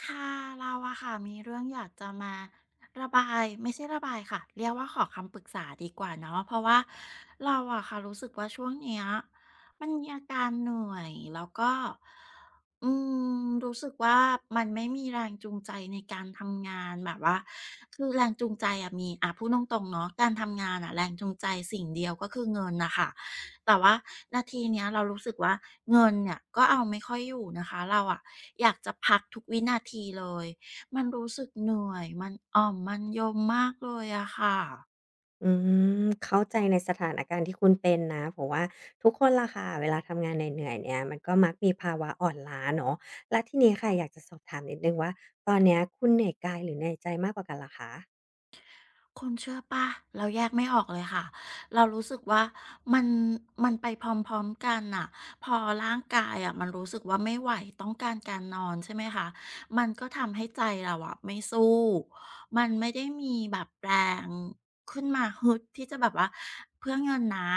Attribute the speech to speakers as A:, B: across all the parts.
A: ค่ะเราอะค่ะมีเรื่องอยากจะมาระบายไม่ใช่ระบายค่ะเรียกว่าขอคำปรึกษาดีกว่าเนาะเพราะว่าเราอะค่ะรู้สึกว่าช่วงเนี้ยมันมีอาการเหนื่อยแล้วก็อืมรู้สึกว่ามันไม่มีแรงจูงใจในการทำงานแบบว่าคือแรงจูงใจอะมีอะพูดตรงๆเนาะการทำงานอะแรงจูงใจสิ่งเดียวก็คือเงินน่ะค่ะ แต่ว่านาทีเนี้ยเรารู้สึกว่าเงินเนี่ยก็เอาไม่ค่อยอยู่นะคะเราอะอยากจะพักทุกวินาทีเลยมันรู้สึกเหนื่อยมันอ่อมมันยมมากเลยอะค่ะ
B: อืเข้าใจในสถานการณ์ที่คุณเป็นนะเพราะว่าทุกคนล่ะค่ะเวลาทำงานเหนื่อยๆเนี่ยมันก็มักมีภาวะอ่อนล้าเนาะและทีนี้ค่ะอยากจะสอบถามนิดนึ่งว่าตอนเนี้ยคุณเหนื่อยกายหรือเหนื่อยใจมากกว่ากันล่รอคะ
A: คุณเชื่อปล่าเราแยกไม่ออกเลยค่ะเรารู้สึกว่ามันมันไปพร้อมๆกันน่ะพอร่างกายอะมันรู้สึกว่าไม่ไหวต้องการการนอนใช่ไหมคะมันก็ทำให้ใจเราอะไม่สู้มันไม่ได้มีแบบแรงขึ้นมาฮึดที่จะแบบว่าเพื่อเงินนะ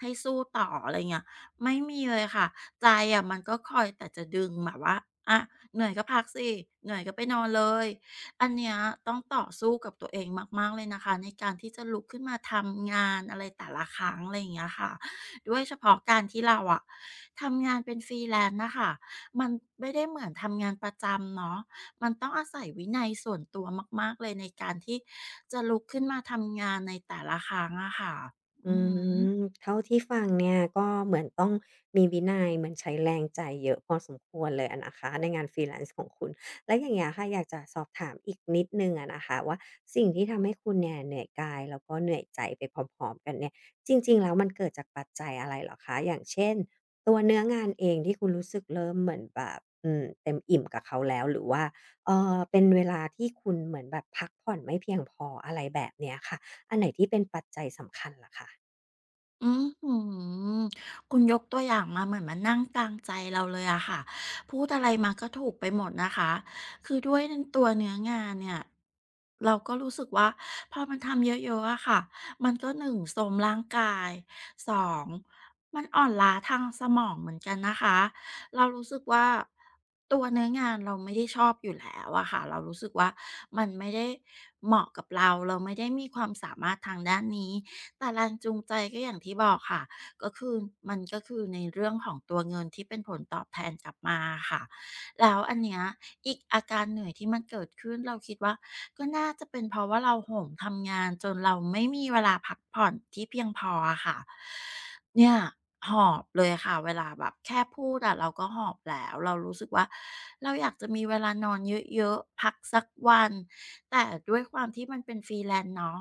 A: ให้สู้ต่ออะไรเงี้ยไม่มีเลยค่ะใจอะมันก็คอยแต่จะดึงแบบว่าอะเหนื่อยก็พักสิเหนื่อยก็ไปนอนเลย อันเนี้ยต้องต่อสู้กับตัวเองมากๆเลยนะคะในการที่จะลุกขึ้นมาทำงานอะไรแต่ละครั้งอะไรอย่างเงี้ยค่ะด้วยเฉพาะการที่เราอะทำงานเป็น Freelance น่ะค่ะมันไม่ได้เหมือนทำงานประจำเนาะมันต้องอาศัยวินัยส่วนตัวมากๆเลยในการที่จะลุกขึ้นมาทำงานในแต่ละครั้งอะค่ะอื
B: อื
A: อฮึ
B: เท่าที่ฟังเนี่ยก็เหมือนต้องมีวินัยเหมือนใช้แรงใจเยอะพอสมควรเลยอะนะคะในงาน freelance ของคุณแล้วอย่างเงี้ยค่ะอยากจะสอบถามอีกนิดหนึ่งอะนะคะว่าสิ่งที่ทำให้คุณเนี่ยเหนื่อยกายแล้วก็เหนื่อยใจไปพร้อมๆกันเนี่ยจริงๆแล้วมันเกิดจากปัจจัยอะไรเหรอคะอย่างเช่นตัวเนื้องานเองที่คุณรู้สึกเริ่มเหมือนแบบเต็มอิ่มกับเขาแล้วหรือว่าเป็นเวลาที่คุณเหมือนแบบพักผ่อนไม่เพียงพออะไรแบบเนี้ยค่ะอันไหนที่เป็นปัจจัยสำคัญเหรอคะ
A: อือฮือคุณยกตัวอย่างมาเหมือนมานั่งกลางใจเราเลยอะค่ะพูดอะไรมาก็ถูกไปหมดนะคะคือด้วยนตัวเนื้องานเนี่ยเราก็รู้สึกว่าพอมันทำเยอะๆอะค่ะมันก็1โทรมร่างกายสองมันอ่อนล้าทางสมองเหมือนกันนะคะเรารู้สึกว่าตัวเนื้องานเราไม่ได้ชอบอยู่แล้วอะค่ะเรารู้สึกว่ามันไม่ได้เหมาะกับเราเราไม่ได้มีความสามารถทางด้านนี้ แต่แรงจูงใจก็อย่างที่บอกค่ะก็คือมันก็คือในเรื่องของตัวเงินที่เป็นผลตอบแทนกลับมาค่ะแล้วอันเนี้ยอีกอาการเหนื่อยที่มันเกิดขึ้นเราคิดว่าก็น่าจะเป็นเพราะว่าเราโหมทำงานจนเราไม่มีเวลาพักผ่อนที่เพียงพออะค่ะเนี่ยหอบเลยค่ะเวลาแบบแค่พูดอะเราก็หอบแล้วเรารู้สึกว่าเราอยากจะมีเวลานอนเยอะๆพักสักวันแต่ด้วยความที่มันเป็นฟรีแลนซ์เนาะ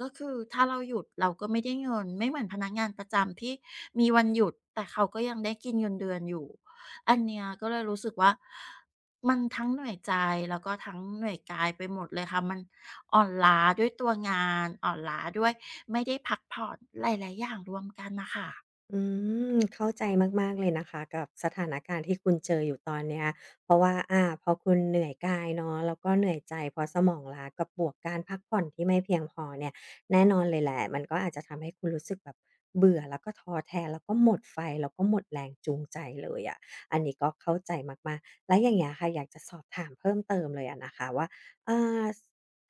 A: ก็คือถ้าเราหยุดเราก็ไม่ได้เงินไม่เหมือนพนักงานประจำที่มีวันหยุดแต่เขาก็ยังได้กินเงินเดือนอยู่อันเนี้ยก็เลยรู้สึกว่ามันทั้งเหนื่อยใจแล้วก็ทั้งเหนื่อยกายไปหมดเลยค่ะมันอ่อนล้าด้วยตัวงานอ่อนล้าด้วยไม่ได้พักผ่อนหลายๆอย่างรวมกันน่ะค่ะ
B: อืเข้าใจมากๆเลยนะคะกับสถานการณ์ที่คุณเจออยู่ตอนเนี้ยเพราะว่าอาพอคุณเหนื่อยกายเนาะแล้วก็เหนื่อยใจเพราะสมองล้ากับบวกการพักผ่อนที่ไม่เพียงพอเนี่ยแน่นอนเลยแหละมันก็อาจจะทำให้คุณรู้สึกแบบเบื่อแล้วก็ท้อแท้แล้วก็หมดไฟแล้วก็หมดแรงจูงใจเลยอะอันนี้ก็เข้าใจมากๆแล้วอย่างเงี้ยค่ะอยากจะสอบถามเพิ่มเติมเลยอะนะคะว่าอ่า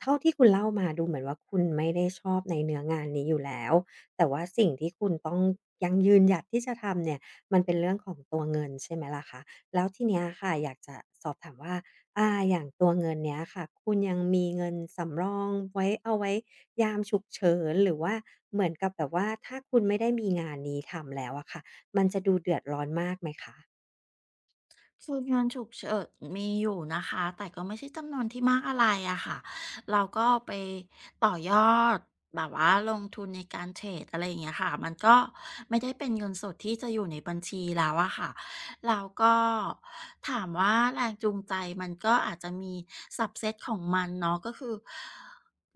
B: เท่าที่คุณเล่ามาดูเหมือนว่าคุณไม่ได้ชอบในเนื้องานนี้อยู่แล้ว แต่ว่าสิ่งที่คุณต้องยังยืนหยัดที่จะทำเนี่ยมันเป็นเรื่องของตัวเงินใช่ไหมล่ะคะแล้วทีเนี้ยค่ะอยากจะสอบถามว่าอย่างตัวเงินเนี้ยค่ะคุณยังมีเงินสำรองไว้เอาไว้ยามฉุกเฉินหรือว่าเหมือนกับแบบว่าถ้าคุณไม่ได้มีงานนี้ทำแล้วอะค่ะมันจะดูเดือดร้อนมากไหมคะ
A: คืองานฉุกเฉินมีอยู่นะคะแต่ก็ไม่ใช่จำนวนที่มากอะไรอะค่ะเราก็ไปต่อยอดแบบว่าลงทุนในการเทรดอะไรอย่างเงี้ยค่ะมันก็ไม่ได้เป็นเงินสดที่จะอยู่ในบัญชีแล้วอะค่ะเราก็ถามว่าแรงจูงใจมันก็อาจจะมีสับเซตของมันเนาะก็คือ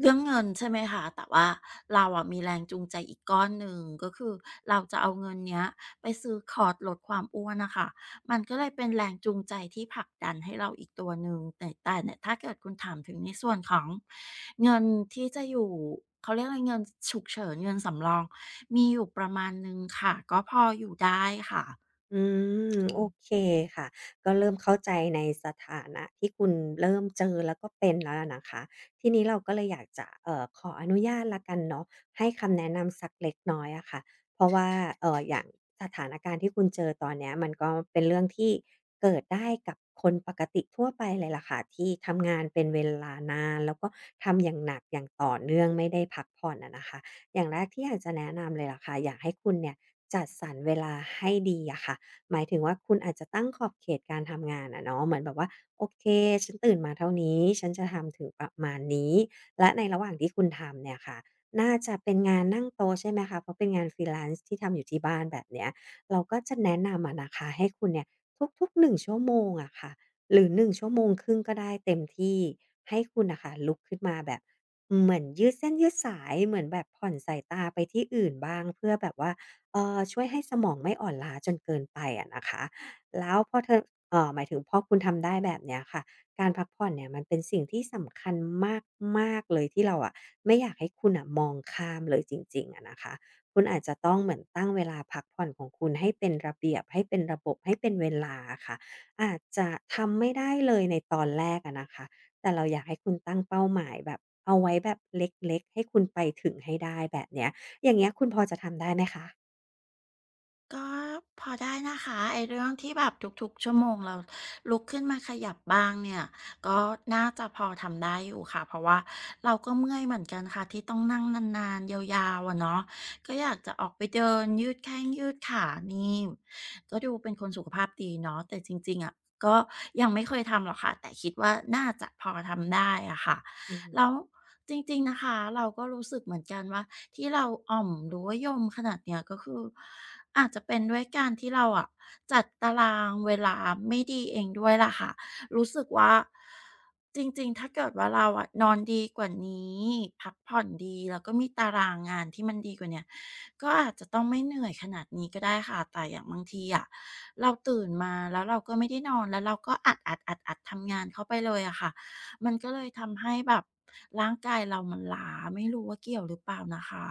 A: เรื่องเงินใช่ไหมคะแต่ว่าเราอะมีแรงจูงใจอีกก้อนหนึ่งก็คือเราจะเอาเงินเนี้ยไปซื้อคอร์สลดความอ้วนนะคะ มันก็เลยเป็นแรงจูงใจที่ผลักดันให้เราอีกตัวหนึ่งแต่เนี่ยถ้าเกิดคุณถามถึงในส่วนของเงินที่จะอยู่เขาเรียกอะไรเงินฉุกเฉินเงินสำรองมีอยู่ประมาณหนึ่งค่ะก็พออยู่ได้ค่ะ
B: อืโอเคค่ะก็เริ่มเข้าใจในสถานะที่คุณเริ่มเจอแล้วก็เป็นแล้วอะนะคะทีนี้เราก็เลยอยากจะขออนุญาตละกันเนาะให้คำแนะนำสักเล็กน้อยอะค่ะเพราะว่าอย่างสถานการณ์ที่คุณเจอตอนเนี้ยมันก็เป็นเรื่องที่เกิดได้กับคนปกติทั่วไปเลยล่ะค่ะที่ทำงานเป็นเวลานานแล้วก็ทำอย่างหนักอย่างต่อเนื่องไม่ได้พักผ่อนอะนะคะอย่างแรกที่อยากจะแนะนำเลยล่ะค่ะอยากให้คุณเนี่ยจัดสรรเวลาให้ดีอะค่ะ หมายถึงว่าคุณอาจจะตั้งขอบเขตการทำงานอะเนาะเหมือนแบบว่าโอเคฉันตื่นมาเท่านี้ฉันจะทำถึงประมาณนี้และในระหว่างที่คุณทำเนี่ยค่ะน่าจะเป็นงานนั่งโต๊ะใช่ไหมคะเพราะเป็นงาน freelance ที่ทำอยู่ที่บ้านแบบเนี้ยเราก็จะแนะนำอะนะคะให้คุณเนี่ยทุกๆ1ชั่วโมงอะค่ะหรือหนึ่งชั่วโมงครึ่งก็ได้เต็มที่ให้คุณน่ะค่ะลุกขึ้นมาแบบเหมือนยืดเส้นยืดสายเหมือนแบบผ่อนสายตาไปที่อื่นบ้างเพื่อแบบว่า ช่วยให้สมองไม่อ่อนล้าจนเกินไปอะนะคะแล้วพอเธอหมายถึงพอคุณทำได้แบบเนี้ยค่ะการพักผ่อนเนี่ยมันเป็นสิ่งที่สำคัญมากๆเลยที่เราอะไม่อยากให้คุณอ่ะมองข้ามเลยจริงๆอะนะคะคุณอาจจะต้องเหมือนตั้งเวลาพักผ่อนของคุณให้เป็นระเบียบให้เป็นระบบให้เป็นเวลาอะค่ะอาจจะทำไม่ได้เลยในตอนแรกอะนะคะแต่เราอยากให้คุณตั้งเป้าหมายแบบเอาไว้แบบเล็กๆให้คุณไปถึงให้ได้แบบเนี้ยอย่างเงี้ยคุณพอจะทำได้ไหมคะ
A: ก็พอได้นะคะไอ้เรื่องที่แบบทุกๆชั่วโมงเราลุกขึ้นมาขยับบ้างเนี่ยก็น่าจะพอทำได้อยู่ค่ะเพราะว่าเราก็เมื่อยเหมือนกันค่ะที่ต้องนั่งนานๆยาวๆอะเนาะก็อยากจะออกไปเดินยืดแข้งยืดขานี่ก็ดูเป็นคนสุขภาพดีเนาะแต่จริงๆอะก็ยังไม่เคยทำหรอกค่ะแต่คิดว่าน่าจะพอทำได้อะค่ะ
B: อืม
A: แล้วจริงๆนะคะเราก็รู้สึกเหมือนกันว่าที่เราอ่อมหรือว่ายมขนาดเนี้ยก็คืออาจจะเป็นด้วยการที่เราอะจัดตารางเวลาไม่ดีเองด้วยล่ะค่ะรู้สึกว่าจริงๆถ้าเกิดว่าเราอะนอนดีกว่านี้พักผ่อนดีแล้วก็มีตารางงานที่มันดีกว่าเนี้ยก็อาจจะต้องไม่เหนื่อยขนาดนี้ก็ได้ค่ะแต่อย่างบางทีอะเราตื่นมาแล้วเราก็ไม่ได้นอนแล้วเราก็อัดๆๆๆทำงานเข้าไปเลยอะค่ะ มันก็เลยทำให้แบบร่างกายเรามันล้าไม่รู้ว่าเกี่ยวหรือเปล่านะคะ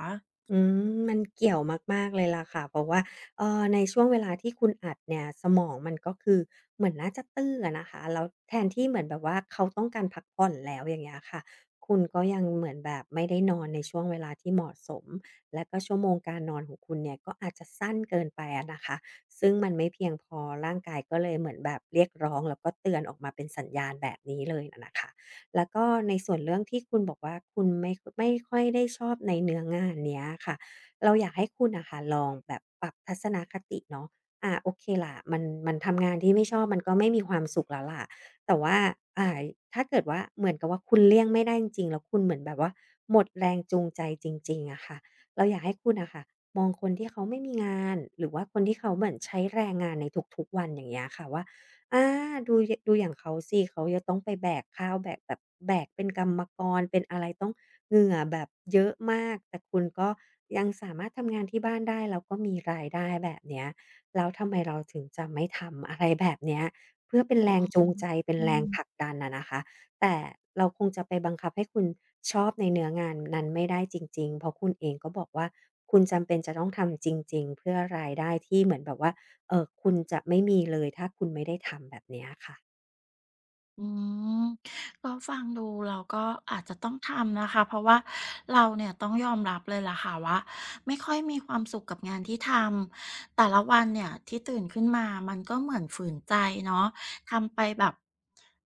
B: อืมมันเกี่ยวมากๆเลยล่ะค่ะเพราะว่าในช่วงเวลาที่คุณอัดเนี่ยสมองมันก็คือเหมือนน่าจะตื้ออะนะคะแล้วแทนที่เหมือนแบบว่าเขาต้องการพักผ่อนแล้วอย่างเงี้ยค่ะคุณก็ยังเหมือนแบบไม่ได้นอนในช่วงเวลาที่เหมาะสมและก็ชั่วโมงการนอนของคุณเนี่ยก็อาจจะสั้นเกินไปอะนะคะซึ่งมันไม่เพียงพอร่างกายก็เลยเหมือนแบบเรียกร้องแล้วก็เตือนออกมาเป็นสัญญาณแบบนี้เลยนะคะ แล้วก็ในส่วนเรื่องที่คุณบอกว่าคุณไม่ค่อยได้ชอบในเนื้องานเนี้ยค่ะเราอยากให้คุณอะค่ะลองแบบปรับทัศนคติเนาะโอเคล่ะมันทำงานที่ไม่ชอบมันก็ไม่มีความสุขแล้วล่ะแต่ว่าอ่าถ้าเกิดว่าเหมือนกับว่าคุณเลี่ยงไม่ได้จริงๆแล้วคุณเหมือนแบบว่าหมดแรงจูงใจจริงๆอะค่ะเราอยากให้คุณอ่ะค่ะมองคนที่เขาไม่มีงานหรือว่าคนที่เขาเหมือนใช้แรงงานในทุกๆวันอย่างเงี้ยค่ะว่า อาดูอย่างเขาสิเขาจะต้องไปแบกข้าวแบกแบบแบกเป็นกรรมกรเป็นอะไรต้องเหงื่อแบบเยอะมากแต่คุณก็ยังสามารถทำงานที่บ้านได้แล้วก็มีรายได้แบบเนี้ยแล้วทำไมเราถึงจะไม่ทำอะไรแบบเนี้ยเพื่อเป็น
A: อื
B: แรง
A: ม
B: จูงใจเป็น
A: อื
B: แรงผลั
A: ม
B: กดันอะนะคะแต่เราคงจะไปบังคับให้คุณชอบในเนื้องานนั้นไม่ได้จริงๆเพราะคุณเองก็บอกว่าคุณจำเป็นจะต้องทำจริงๆเพื่อรายได้ที่เหมือนแบบว่า เออคุณจะไม่มีเลยถ้าคุณไม่ได้ทำแบบเนี้ยค่ะ
A: อืมก็ฟังดูเราก็อาจจะต้องทำนะคะเพราะว่าเราเนี่ยต้องยอมรับเลยล่ะค่ะว่าไม่ค่อยมีความสุขกับงานที่ทำแต่ละวันเนี่ยที่ตื่นขึ้นมา มันก็เหมือนฝืนใจเนาะทำไปแบบ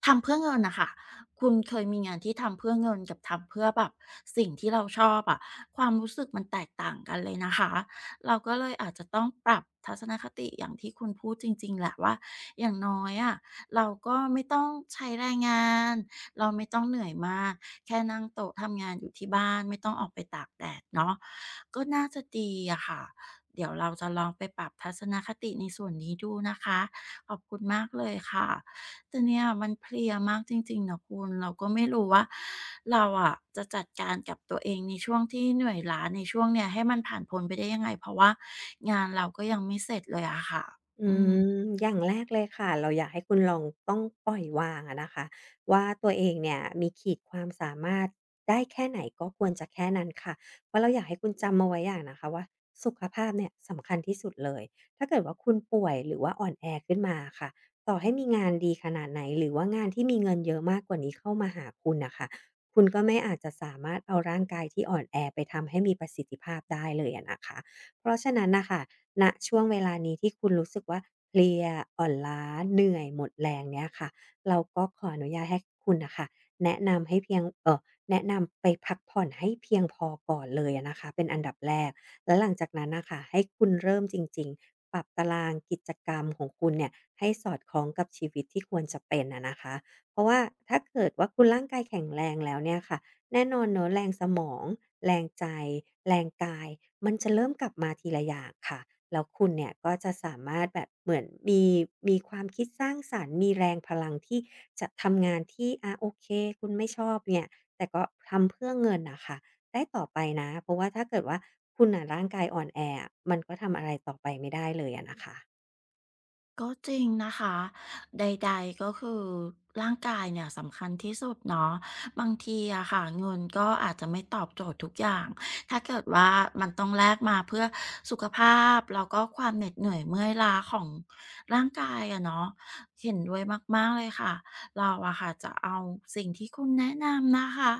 A: ทำเพื่อเงินน่ะค่ะคุณเคยมีงานที่ทำเพื่อเงินกับทำเพื่อแบบสิ่งที่เราชอบอะความรู้สึกมันแตกต่างกันเลยนะคะ เราก็เลยอาจจะต้องปรับทัศนคติอย่างที่คุณพูดจริงๆแหละว่าอย่างน้อยอะเราก็ไม่ต้องใช้แรงงานเราไม่ต้องเหนื่อยมากแค่นั่งโต๊ะทำงานอยู่ที่บ้านไม่ต้องออกไปตากแดดเนาะก็น่าจะดีอะค่ะเดี๋ยวเราจะลองไปปรับทัศนคติในส่วนนี้ดูนะคะขอบคุณมากเลยค่ะ แต่เนี่ยมันเพลียมากจริงๆนะคุณเราก็ไม่รู้ว่าเราอะจะจัดการกับตัวเองในช่วงที่เหนื่อยล้าในช่วงเนี้ยให้มันผ่านพ้นไปได้ยังไงเพราะว่างานเราก็ยังไม่เสร็จเลยอะค่ะ
B: อื
A: อืม
B: มอย่างแรกเลยค่ะเราอยากให้คุณลองต้องปล่อยวางอะนะคะว่าตัวเองเนี่ยมีขีดความสามารถได้แค่ไหนก็ควรจะแค่นั้นค่ะเพราะเราอยากให้คุณจำเอาไว้อย่างนะคะว่าสุขภาพเนี่ยสำคัญที่สุดเลยถ้าเกิดว่าคุณป่วยหรือว่าอ่อนแอขึ้นมาค่ะต่อให้มีงานดีขนาดไหนหรือว่างานที่มีเงินเยอะมากกว่านี้เข้ามาหาคุณนะคะคุณก็ไม่อาจจะสามารถเอาร่างกายที่อ่อนแอไปทำให้มีประสิทธิภาพได้เลยอะนะคะ เพราะฉะนั้นน่ะค่ะณช่วงเวลานี้ที่คุณรู้สึกว่าเพลียอ่อนล้าเหนื่อยหมดแรงเนี่ยค่ะเราก็ขออนุญาตให้คุณน่ะค่ะแนะนำให้เพียงแนะนำไปพักผ่อนให้เพียงพอก่อนเลยอะนะคะเป็นอันดับแรกแล้วหลังจากนั้นน่ะค่ะให้คุณเริ่มจริงๆปรับตารางกิจกรรมของคุณเนี่ยให้สอดคล้องกับชีวิตที่ควรจะเป็นอะนะคะเพราะว่าถ้าเกิดว่าคุณร่างกายแข็งแรงแล้วเนี่ยค่ะ แน่นอนเนอะแรงสมองแรงใจแรงกายมันจะเริ่มกลับมาทีละอย่างค่ะแล้วคุณเนี่ยก็จะสามารถแบบเหมือนมีความคิดสร้างสรรค์มีแรงพลังที่จะทำงานที่อะโอเคคุณไม่ชอบเนี่ยแต่ก็ทำเพื่อเงินน่ะค่ะได้ต่อไปนะเพราะว่าถ้าเกิดว่าคุณน่ะร่างกายอ่อนแออะมันก็ทำอะไรต่อไปไม่ได้เลยอะนะคะ
A: ก็จริงนะคะใดๆก็คือร่างกายเนี่ยสำคัญที่สุดเนาะบางทีอะค่ะเงินก็อาจจะไม่ตอบโจทย์ทุกอย่างถ้าเกิดว่ามันต้องแลกมาเพื่อสุขภาพแล้วก็ความเหน็ดเหนื่อยเมื่อยล้าของร่างกายอะเนาะเห็นด้วยมากๆเลยค่ะเราอะค่ะจะเอาสิ่งที่คุณแนะนำนะคะ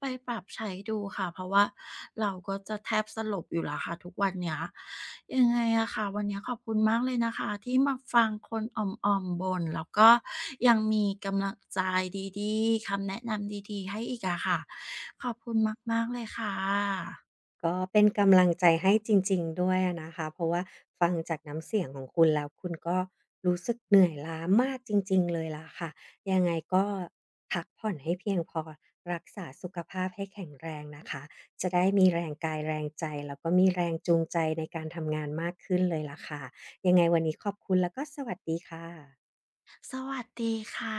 A: ไปปรับใช้ดูค่ะเพราะว่าเราก็จะแทบสลบอยู่แล้วค่ะทุกวันเนี้ยยังไงอะค่ะวันนี้ขอบคุณมากเลยนะคะที่มาฟังคนอ่อมๆบ่นแล้วก็ยังมีกำลังใจดีๆคำแนะนำดีๆให้อีกอะค่ะขอบคุณมากๆเลยค่ะ
B: ก็เป็นกำลังใจให้จริงๆด้วยอะนะคะเพราะว่าฟังจากน้ำเสียงของคุณแล้วคุณก็รู้สึกเหนื่อยล้ามากจริงๆเลยล่ะค่ะยังไงก็พักผ่อนให้เพียงพอรักษาสุขภาพให้แข็งแรงนะคะจะได้มีแรงกายแรงใจแล้วก็มีแรงจูงใจในการทำงานมากขึ้นเลยล่ะค่ะยังไงวันนี้ขอบคุณแล้วก็สวัสดีค่ะ
A: สวัสดีค่ะ